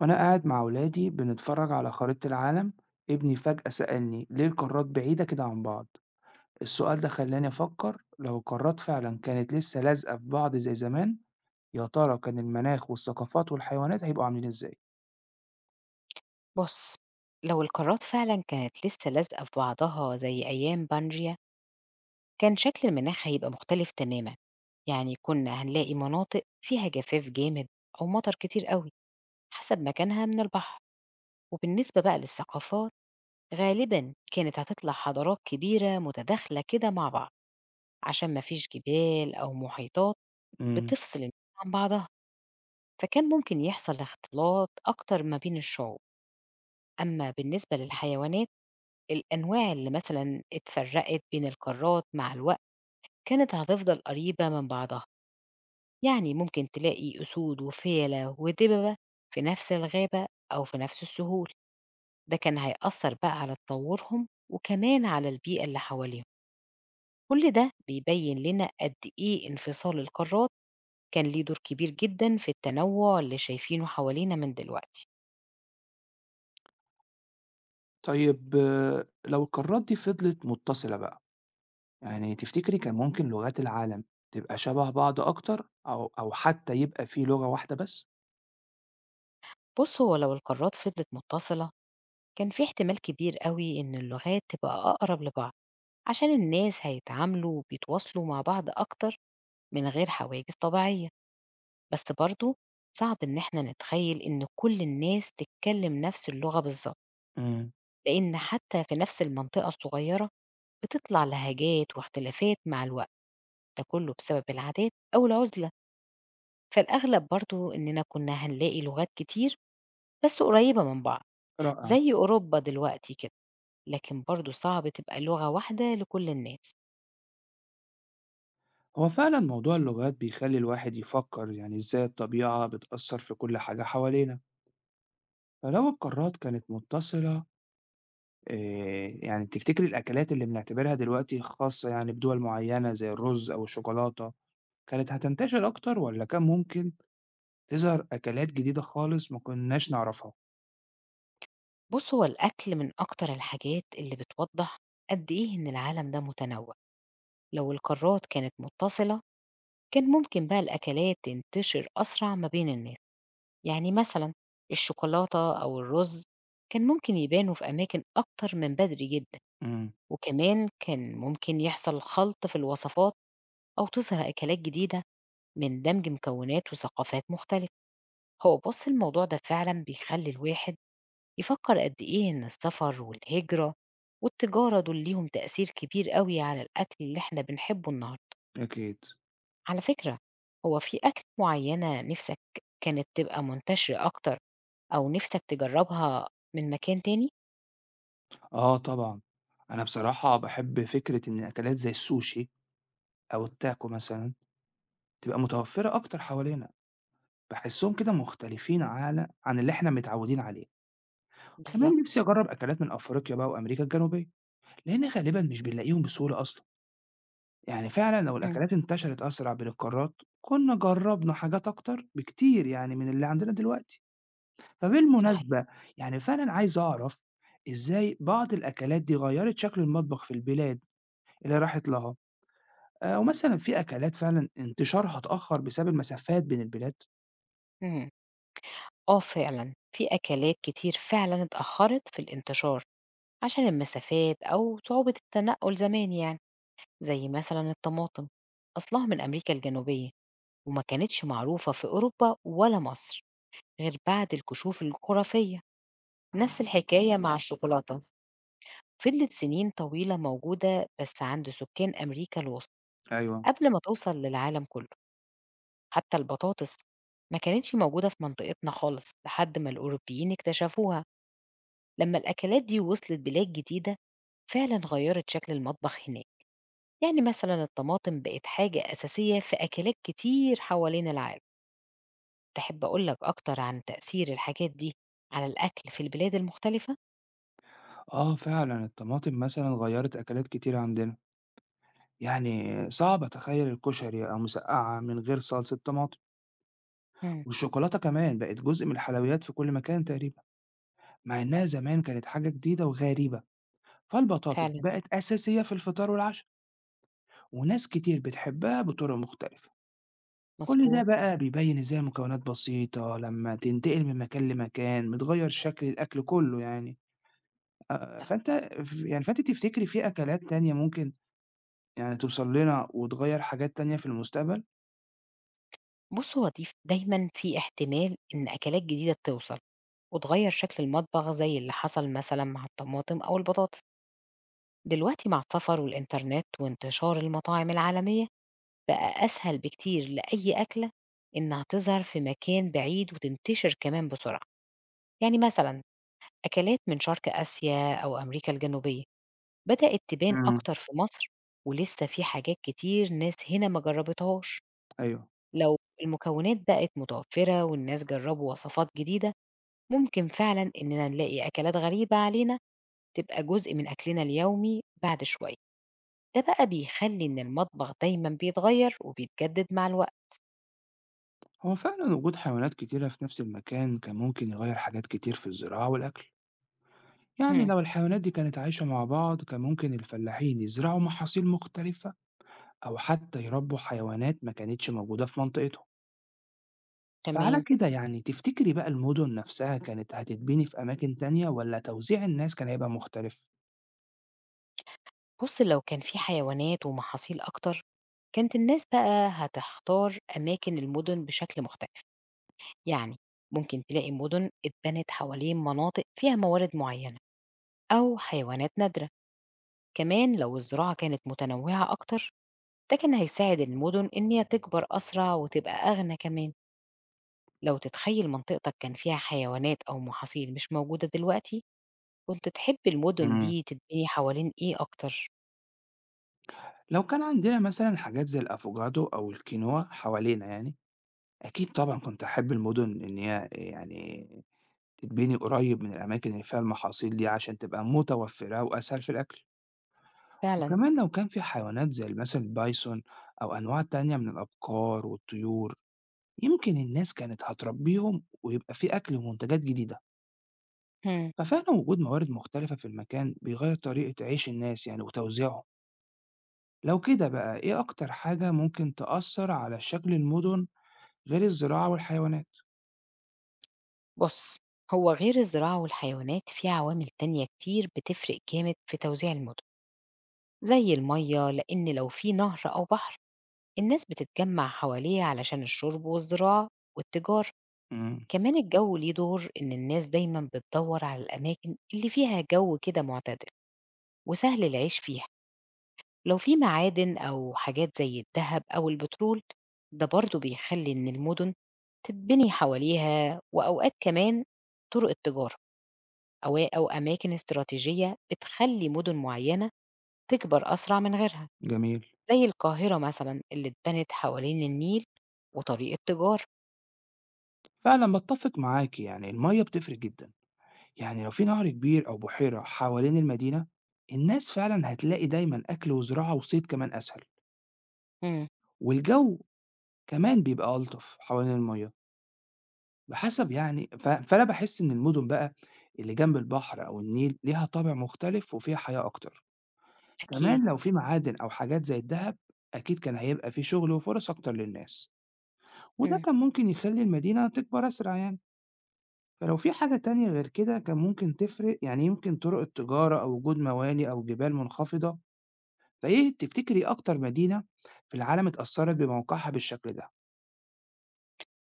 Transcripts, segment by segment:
وأنا قاعد مع ولادي بنتفرج على خريطة العالم. ابني فجأة سألني ليه القارات بعيدة كده عن بعض. السؤال ده خلاني أفكر لو القارات فعلا كانت لسه لازقة في بعض زي زمان. يا ترى كان المناخ والثقافات والحيوانات هيبقوا عاملين إزاي؟ بُص، لو القارات فعلًا كانت لسه لازقة في بعضها زي أيام بانجيا، كان شكل المناخ هيبقى مختلف تمامًا، يعني كنا هنلاقي مناطق فيها جفاف جامد أو مطر كتير أوي حسب مكانها من البحر، وبالنسبة بقى للثقافات غالبًا كانت هتطلع حضارات كبيرة متداخلة كده مع بعض، عشان ما فيش جبال أو محيطات مم. بتفصل الناس عن بعضها، فكان ممكن يحصل اختلاط أكتر ما بين الشعوب، أما بالنسبة للحيوانات الأنواع اللي مثلًا اتفرّقت بين القارات مع الوقت كانت هتفضل قريبة من بعضها، يعني ممكن تلاقي أسود وفيلة ودببة في نفس الغابة أو في نفس السهول، ده كان هيأثّر بقى على تطوّرهم وكمان على البيئة اللي حواليهم، كل ده بيبيّن لنا قد إيه انفصال القارات كان ليه دور كبير جدًا في التنوع اللي شايفينه حوالينا من دلوقتي. طيب لو القارات دي فضلت متصلة بقى، يعني تفتكري كان ممكن لغات العالم تبقى شبه بعض أكتر أو حتى يبقى في لغة واحدة بس؟ بُص، هو لو القارات فضلت متصلة كان في احتمال كبير أوي إن اللغات تبقى أقرب لبعض. عشان الناس هيتعاملوا وبيتواصلوا مع بعض أكتر من غير حواجز طبيعية، بس برضو صعب إن احنا نتخيل إن كل الناس تتكلم نفس اللغة بالظبط، مم. لأن حتى في نفس المنطقة الصغيرة بتطلع لهجات واختلافات مع الوقت، ده كله بسبب العادات أو العزلة، فالأغلب برضو إننا كنا هنلاقي لغات كتير بس قريبة من بعض، رائع. زي أوروبا دلوقتي كده، لكن برضو صعب تبقى لغة واحدة لكل الناس. هو فعلا موضوع اللغات بيخلي الواحد يفكر يعني ازاي الطبيعة بتأثر في كل حاجة حوالينا. فلو القارات كانت متصلة، إيه يعني تفتكري الأكلات اللي بنعتبرها دلوقتي خاصة يعني بدول معينة زي الرز أو الشوكولاتة كانت هتنتشر أكتر ولا كان ممكن تظهر أكلات جديدة خالص ما كناش نعرفها؟ بُص، هو الأكل من أكتر الحاجات اللي بتوضّح قد إيه إن العالم ده متنوع، لو القارات كانت متصلة كان ممكن بقى الأكلات تنتشر أسرع ما بين الناس، يعني مثلًا الشوكولاتة أو الرز كان ممكن يبانوا في أماكن أكتر من بدري جدًا، امم. وكمان كان ممكن يحصل خلط في الوصفات أو تظهر أكلات جديدة من دمج مكونات وثقافات مختلفة، هو بُص الموضوع ده فعلًا بيخلّي الواحد يفكر قد إيه إن السفر والهجرة والتجارة دول ليهم تأثير كبير قوي على الأكل اللي إحنا بنحبه النهاردة. أكيد. على فكرة، هو في أكل معينة نفسك كانت تبقى منتشرة أكتر أو نفسك تجربها من مكان تاني؟ آه طبعا. أنا بصراحة بحب فكرة إن أكلات زي السوشي أو التاكو مثلا تبقى متوفرة أكتر حوالينا، باحسّهم كده مختلفين على عن اللي إحنا متعوّدين عليه، بالظبط. كمان نِفْسي أجرّب أكلات من أفريقيا بقى وأمريكا الجنوبية، لإن غالبًا مش بنلاقيهم بسهولة أصلًا، يعني فعلًا لو مم. الأكلات انتشرت أسرع بين القارات كُنّا جرّبنا حاجات أكتر بكتير يعني من اللي عندنا دلوقتي، صحيح. فبالمناسبة يعني فعلًا عايز أعرف إزاي بعض الأكلات دي غيّرت شكل المطبخ في البلاد اللي راحت لها، ومثلًا في أكلات فعلًا انتشارها اتأخّر بسبب المسافات بين البلاد؟ مم. آه فعلا في أكلات كتير فعلا اتأخرت في الانتشار عشان المسافات أو صعوبة التنقل زمان، يعني زي مثلا الطماطم أصلها من أمريكا الجنوبية وما كانتش معروفة في أوروبا ولا مصر غير بعد الكشوف الجغرافية. نفس الحكاية مع الشوكولاتة، فضلت سنين طويلة موجودة بس عند سكان أمريكا الوسطى أيوه. قبل ما توصل للعالم كله. حتى البطاطس ما كانتش موجودة في منطقتنا خالص لحد ما الأوروبيين اكتشفوها. لما الأكلات دي وصلت بلاد جديدة فعلا غيرت شكل المطبخ هناك، يعني مثلا الطماطم بقت حاجة أساسية في أكلات كتير حوالين العالم. تحب أقول لك أكتر عن تأثير الحاجات دي على الأكل في البلاد المختلفة؟ آه فعلًا، الطماطم مثلًا غيّرت أكلات كتير عندنا، يعني صعب أتخيّل الكشري أو مسقعة من غير صلصة طماطم، إمم. والشوكولاتة كمان بقت جزء من الحلويات في كل مكان تقريبًا، مع إنها زمان كانت حاجة جديدة وغريبة، فالبطاطس فعلًا، بقت أساسية في الفطار والعشا، وناس كتير بتحبها بطرق مختلفة، كل ده مضبوط. بقى بيبين إزاي المكونات بسيطة لمّا تنتقل من مكان لمكان بتغيّر شكل الأكل كلّه يعني، أ فأنت ف يعني فأنتِ تفتكري في أكلات تانية ممكن يعني توصل لنا وتغيّر حاجات تانية في المستقبل؟ بُص، هو دي دايمًا في احتمال إن أكلات جديدة توصل وتغيّر شكل المطبخ زي اللي حصل مثلًا مع الطماطم أو البطاطس. دلوقتي مع السفر والإنترنت وانتشار المطاعم العالمية، بقى أسهل بكتير لأي أكلة إنها تظهر في مكان بعيد وتنتشر كمان بسرعة. يعني مثلًا أكلات من شرق آسيا أو أمريكا الجنوبية بدأت تبان إمم. أكتر في مصر، ولسه في حاجات كتير ناس هنا ما جربتهاش، أيوه. لو المكونات بقت متوفرة والناس جربوا وصفات جديدة، ممكن فعلا إننا نلاقي أكلات غريبة علينا تبقى جزء من أكلنا اليومي بعد شوية، ده بقى بيخلي إن المطبخ دايما بيتغير وبيتجدد مع الوقت. هو فعلًا وجود حيوانات كتيرة في نفس المكان كان ممكن يغيّر حاجات كتير في الزراعة والأكل. يعني امم. لو الحيوانات دي كانت عايشة مع بعض، كان ممكن الفلاحين يزرعوا محاصيل مختلفة أو حتى يربّوا حيوانات ما كانتش موجودة في منطقتهم. فعلى تمام. كده يعني تفتكري بقى المدن نفسها كانت هتتبني في أماكن تانية والّا توزيع الناس كان هيبقى مختلف؟ بص لو كان في حيوانات ومحاصيل أكتر، كانت الناس بقى هتختار أماكن المدن بشكل مختلف. يعني ممكن تلاقي مدن اتبنت حوالين مناطق فيها موارد معينة أو حيوانات نادرة، كمان لو الزراعة كانت متنوعة أكتر ده كان هيساعد المدن إن هي تكبر أسرع وتبقى أغنى كمان. لو تتخيل منطقتك كان فيها حيوانات أو محاصيل مش موجودة دلوقتي، كنت تحب المدن إمم. دي تتبني حوالين إيه أكتر؟ لو كان عندنا مثلًا حاجات زي الأفوكادو أو الكينوا حوالينا يعني أكيد طبعًا كنت أحب المدن إن هي يعني تتبني قريب من الأماكن اللي فيها المحاصيل دي عشان تبقى متوفرة وأسهل في الأكل، فعلا. وكمان لو كان في حيوانات زي مثلًا البايسون أو أنواع تانية من الأبقار والطيور، يمكن الناس كانت هتربيهم ويبقى في أكل ومنتجات جديدة، هم. ففعلًا وجود موارد مختلفة في المكان بيغير طريقة عيش الناس يعني وتوزيعهم، لو كده بقى إيه أكتر حاجة ممكن تأثر على شكل المدن غير الزراعة والحيوانات؟ بص، هو غير الزراعة والحيوانات في عوامل تانية كتير بتفرق جامد في توزيع المدن، زي المية، لأن لو في نهر أو بحر الناس بتتجمع حواليه علشان الشرب والزراعة والتجارة. إمم. كمان الجو ليه دور، إن الناس دايما بتدور على الأماكن اللي فيها جو كده معتدل وسهل العيش فيها. لو في معادن أو حاجات زي الذهب أو البترول ده برضو بيخلي إن المدن تتبني حواليها. وأوقات كمان طرق التجارة أو أماكن استراتيجية بتخلي مدن معينة تكبر أسرع من غيرها، جميل. زي القاهرة مثلا اللي اتبنت حوالين النيل وطريق التجارة. فعلا بتفق معاك يعني المية بتفرق جدا، يعني لو في نهر كبير أو بحيرة حوالين المدينة الناس فعلا هتلاقي دايما أكل وزراعة وصيد كمان أسهل، إمم، والجو كمان بيبقى ألطف حوالين المية، بحسب يعني فأنا بحس إن المدن بقى اللي جنب البحر أو النيل ليها طابع مختلف وفيها حياة أكتر، أكيد، كمان لو في معادن أو حاجات زي الذهب أكيد كان هيبقى في شغل وفرص أكتر للناس، وده إمم. كان ممكن يخلي المدينة تكبر أسرع يعني. فلو في حاجة تانية غير كده كان ممكن تفرق يعني يمكن طرق التجارة أو وجود موانئ أو جبال منخفضة، فإيه تفتكري أكتر مدينة في العالم اتأثرت بموقعها بالشكل ده؟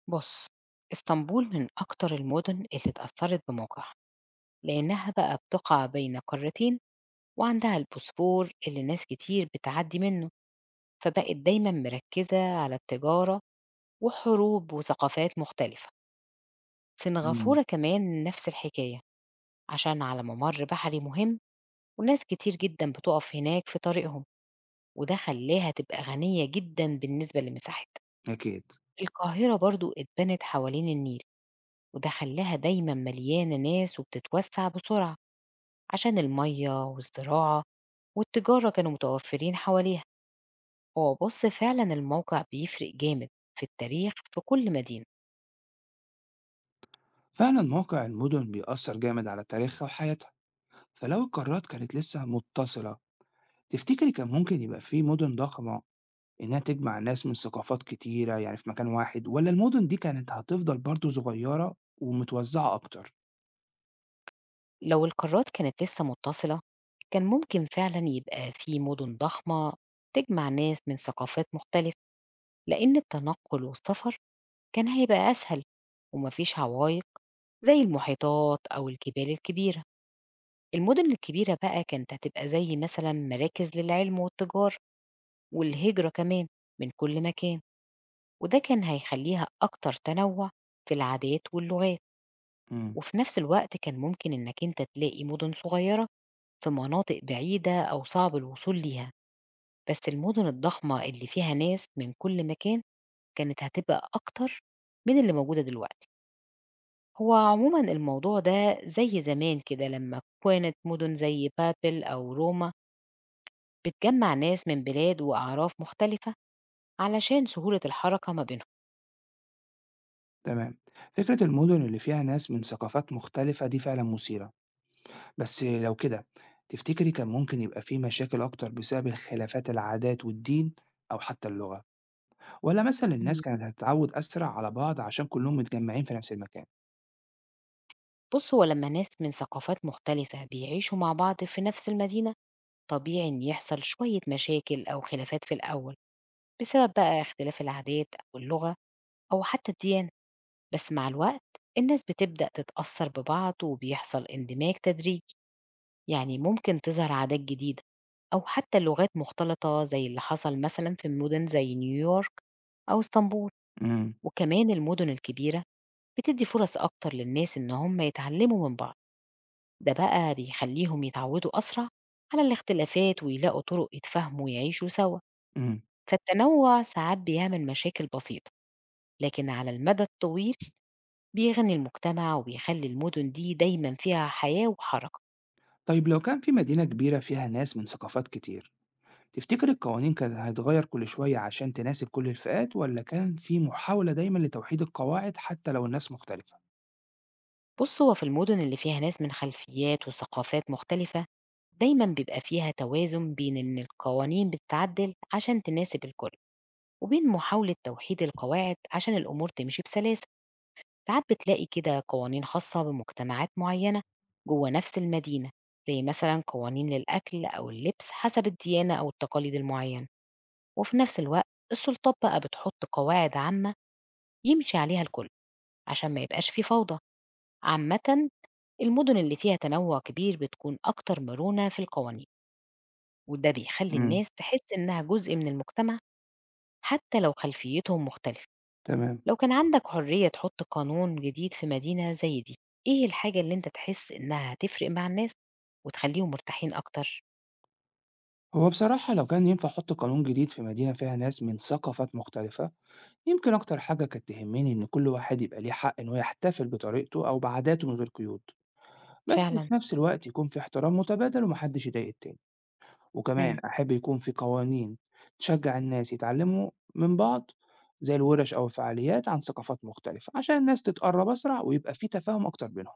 بُص، إسطنبول من أكتر المدن اللي اتأثّرت بموقعها، لإنها بقى بتقع بين قارتين وعندها البوسفور اللي ناس كتير بتعدّي منّه، فبقت دايمًا مركّزة على التجارة وحروب وثقافات مختلفة. مم. سنغافورة كمان نفس الحكاية، عشان على مَمَر بحري مهم وناس كتير جدًا بتُقف هناك في طريقهم وده خلّاها تبقى غنية جدًا بالنسبة لمساحتها. أكيد. القاهرة برضه اتبنت حوالين النيل وده خلاها دايما مليانة ناس وبتتوسع بسرعة عشان المية والزراعة والتجارة كانوا متوفرين حواليها. هو بص فعلا الموقع بيفرق جامد في التاريخ في كل مدينة. فعلا موقع المدن بيأثر جامد على تاريخها وحياتها، فلو القارات كانت لسه متصلة تفتكري كان ممكن يبقى في مدن ضخمة إنها تجمع ناس من ثقافات كتيرة يعني في مكان واحد ولا المدن دي كانت هتفضل برضو صغيرة ومتوزعة أكتر؟ لو القارات كانت لسه متصلة كان ممكن فعلا يبقى في مدن ضخمة تجمع ناس من ثقافات مختلفة، لأن التنقل والسفر كان هيبقى أسهل ومفيش عوايق زي المحيطات أو الجبال الكبيرة. المدن الكبيرة بقى كانت هتبقى زي مثلا مراكز للعلم والتجارة والهجرة كمان من كل مكان، وده كان هيخليها أكتر تنوع في العادات واللغات. وفي نفس الوقت كان ممكن إنك أنت تلاقي مدن صغيرة في مناطق بعيدة أو صعب الوصول ليها، بس المدن الضخمة اللي فيها ناس من كل مكان كانت هتبقى أكتر من اللي موجودة دلوقتي. هو عموما الموضوع ده زي زمان كده لما كانت مدن زي بابل أو روما بتجمّع ناس من بلاد وأعراف مختلفة علشان سهولة الحركة ما بينهم. تمام. فكرة المدن اللي فيها ناس من ثقافات مختلفة دي فعلا مثيرة، بس لو كده تفتكري كان ممكن يبقى فيه مشاكل أكتر بسبب الخلافات العادات والدين أو حتى اللغة ولا مثلا الناس إمم. كانت هتتعود أسرع على بعض عشان كلهم متجمعين في نفس المكان؟ بُص، هو لمّا ناس من ثقافات مختلفة بيعيشوا مع بعض في نفس المدينة، طبيعي إن يحصل شوية مشاكل أو خلافات في الأول، بسبب بقى اختلاف العادات أو اللغة أو حتى الديانة. بس مع الوقت الناس بتبدأ تتأثر ببعض وبيحصل اندماج تدريجي، يعني ممكن تظهر عادات جديدة أو حتى لغات مختلطة زي اللي حصل مثلًا في مدن زي نيويورك أو اسطنبول. امم. وكمان المدن الكبيرة بتدّي فرص أكتر للناس إن هم يتعلّموا من بعض، ده بقى بيخلّيهم يتعوّدوا أسرع على الاختلافات ويلاقوا طُرق يتفاهموا ويعيشوا سوا، امم. فالتنوّع ساعات بيعمل مشاكل بسيطة، لكن على المدى الطويل بيغني المجتمع وبيخلّي المدن دي دايمًا فيها حياة وحركة. طيب لو كان في مدينة كبيرة فيها ناس من ثقافات كتير تفتكر القوانين كانت هتتغير كل شوية عشان تناسب كل الفئات ولا كان في محاولة دايما لتوحيد القواعد حتى لو الناس مختلفة؟ بُص، هو في المدن اللي فيها ناس من خلفيات وثقافات مختلفة، دايمًا بيبقى فيها توازن بين إن القوانين بتتعدّل عشان تناسب الكل، وبين محاولة توحيد القواعد عشان الأمور تمشي بسلاسة. ساعات بتلاقي كده قوانين خاصة بمجتمعات معينة جوه نفس المدينة، زي مثلا قوانين للأكل أو اللبس حسب الديانة أو التقاليد المعينة، وفي نفس الوقت السلطات بقى بتحط قواعد عامة يمشي عليها الكل عشان ما يبقاش في فوضى. عامة، المدن اللي فيها تنوع كبير بتكون أكتر مرونة في القوانين، وده بيخلي امم. الناس تحس إنها جزء من المجتمع حتى لو خلفيتهم مختلفة. تمام. لو كان عندك حرية تحط قانون جديد في مدينة زي دي، إيه الحاجة اللي أنت تحس إنها هتفرق مع الناس وتخليهم مرتاحين أكتر؟ هو بصراحة لو كان ينفع أحط قانون جديد في مدينة فيها ناس من ثقافات مختلفة، يمكن أكتر حاجة كانت تهمني إن كل واحد يبقى ليه حق إنه يحتفل بطريقته أو بعاداته من غير قيود، بس فعلًا، في نفس الوقت يكون في احترام متبادل ومحدش يضايق التاني، إمم، وكمان أحب يكون في قوانين تشجع الناس يتعلموا من بعض زي الورش أو الفعاليات عن ثقافات مختلفة عشان الناس تتقرب أسرع ويبقى في تفاهم أكتر بينهم.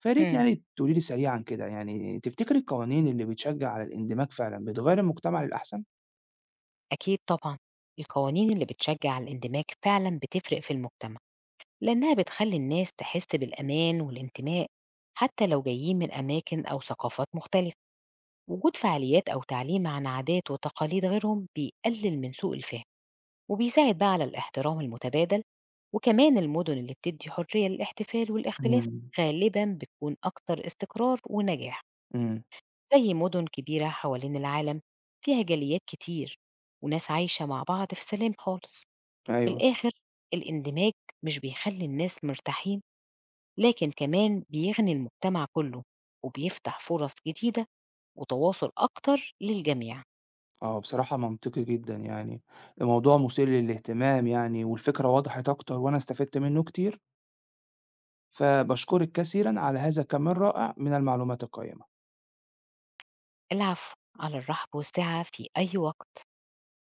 فياريت إمم، يعني تقولي لي سريعا كده يعني تفتكري القوانين اللي بتشجع على الاندماج فعلا بتغير المجتمع للأحسن؟ أكيد طبعًا، القوانين اللي بتشجع الاندماج فعلًا بتفرق في المجتمع، لأنها بتخلي الناس تحس بالأمان والانتماء حتى لو جايين من أماكن أو ثقافات مختلفة، وجود فعاليات أو تعليم عن عادات وتقاليد غيرهم بيقلل من سوء الفهم، وبيساعد بقى على الاحترام المتبادل. وكمان المدن اللي بتدي حرية للاحتفال والاختلاف إمم، غالبا بتكون أكتر استقرار ونجاح، إمم، زي مدن كبيرة حوالين العالم فيها جاليات كتير وناس عايشة مع بعض في سلام خالص. في أيوه، الآخر الاندماج مش بيخلي الناس مرتاحين لكن كمان بيغني المجتمع كله وبيفتح فرص جديدة وتواصل أكتر للجميع. آه، بصراحة منطقي جدًا يعني، الموضوع مثير للاهتمام يعني، والفكرة وضحت أكتر وأنا استفدت منه كتير، فباشكرِك كثيرًا على هذا الكم الرائع من المعلومات القيّمة. العفو، على الرحب والسعة في أي وقت.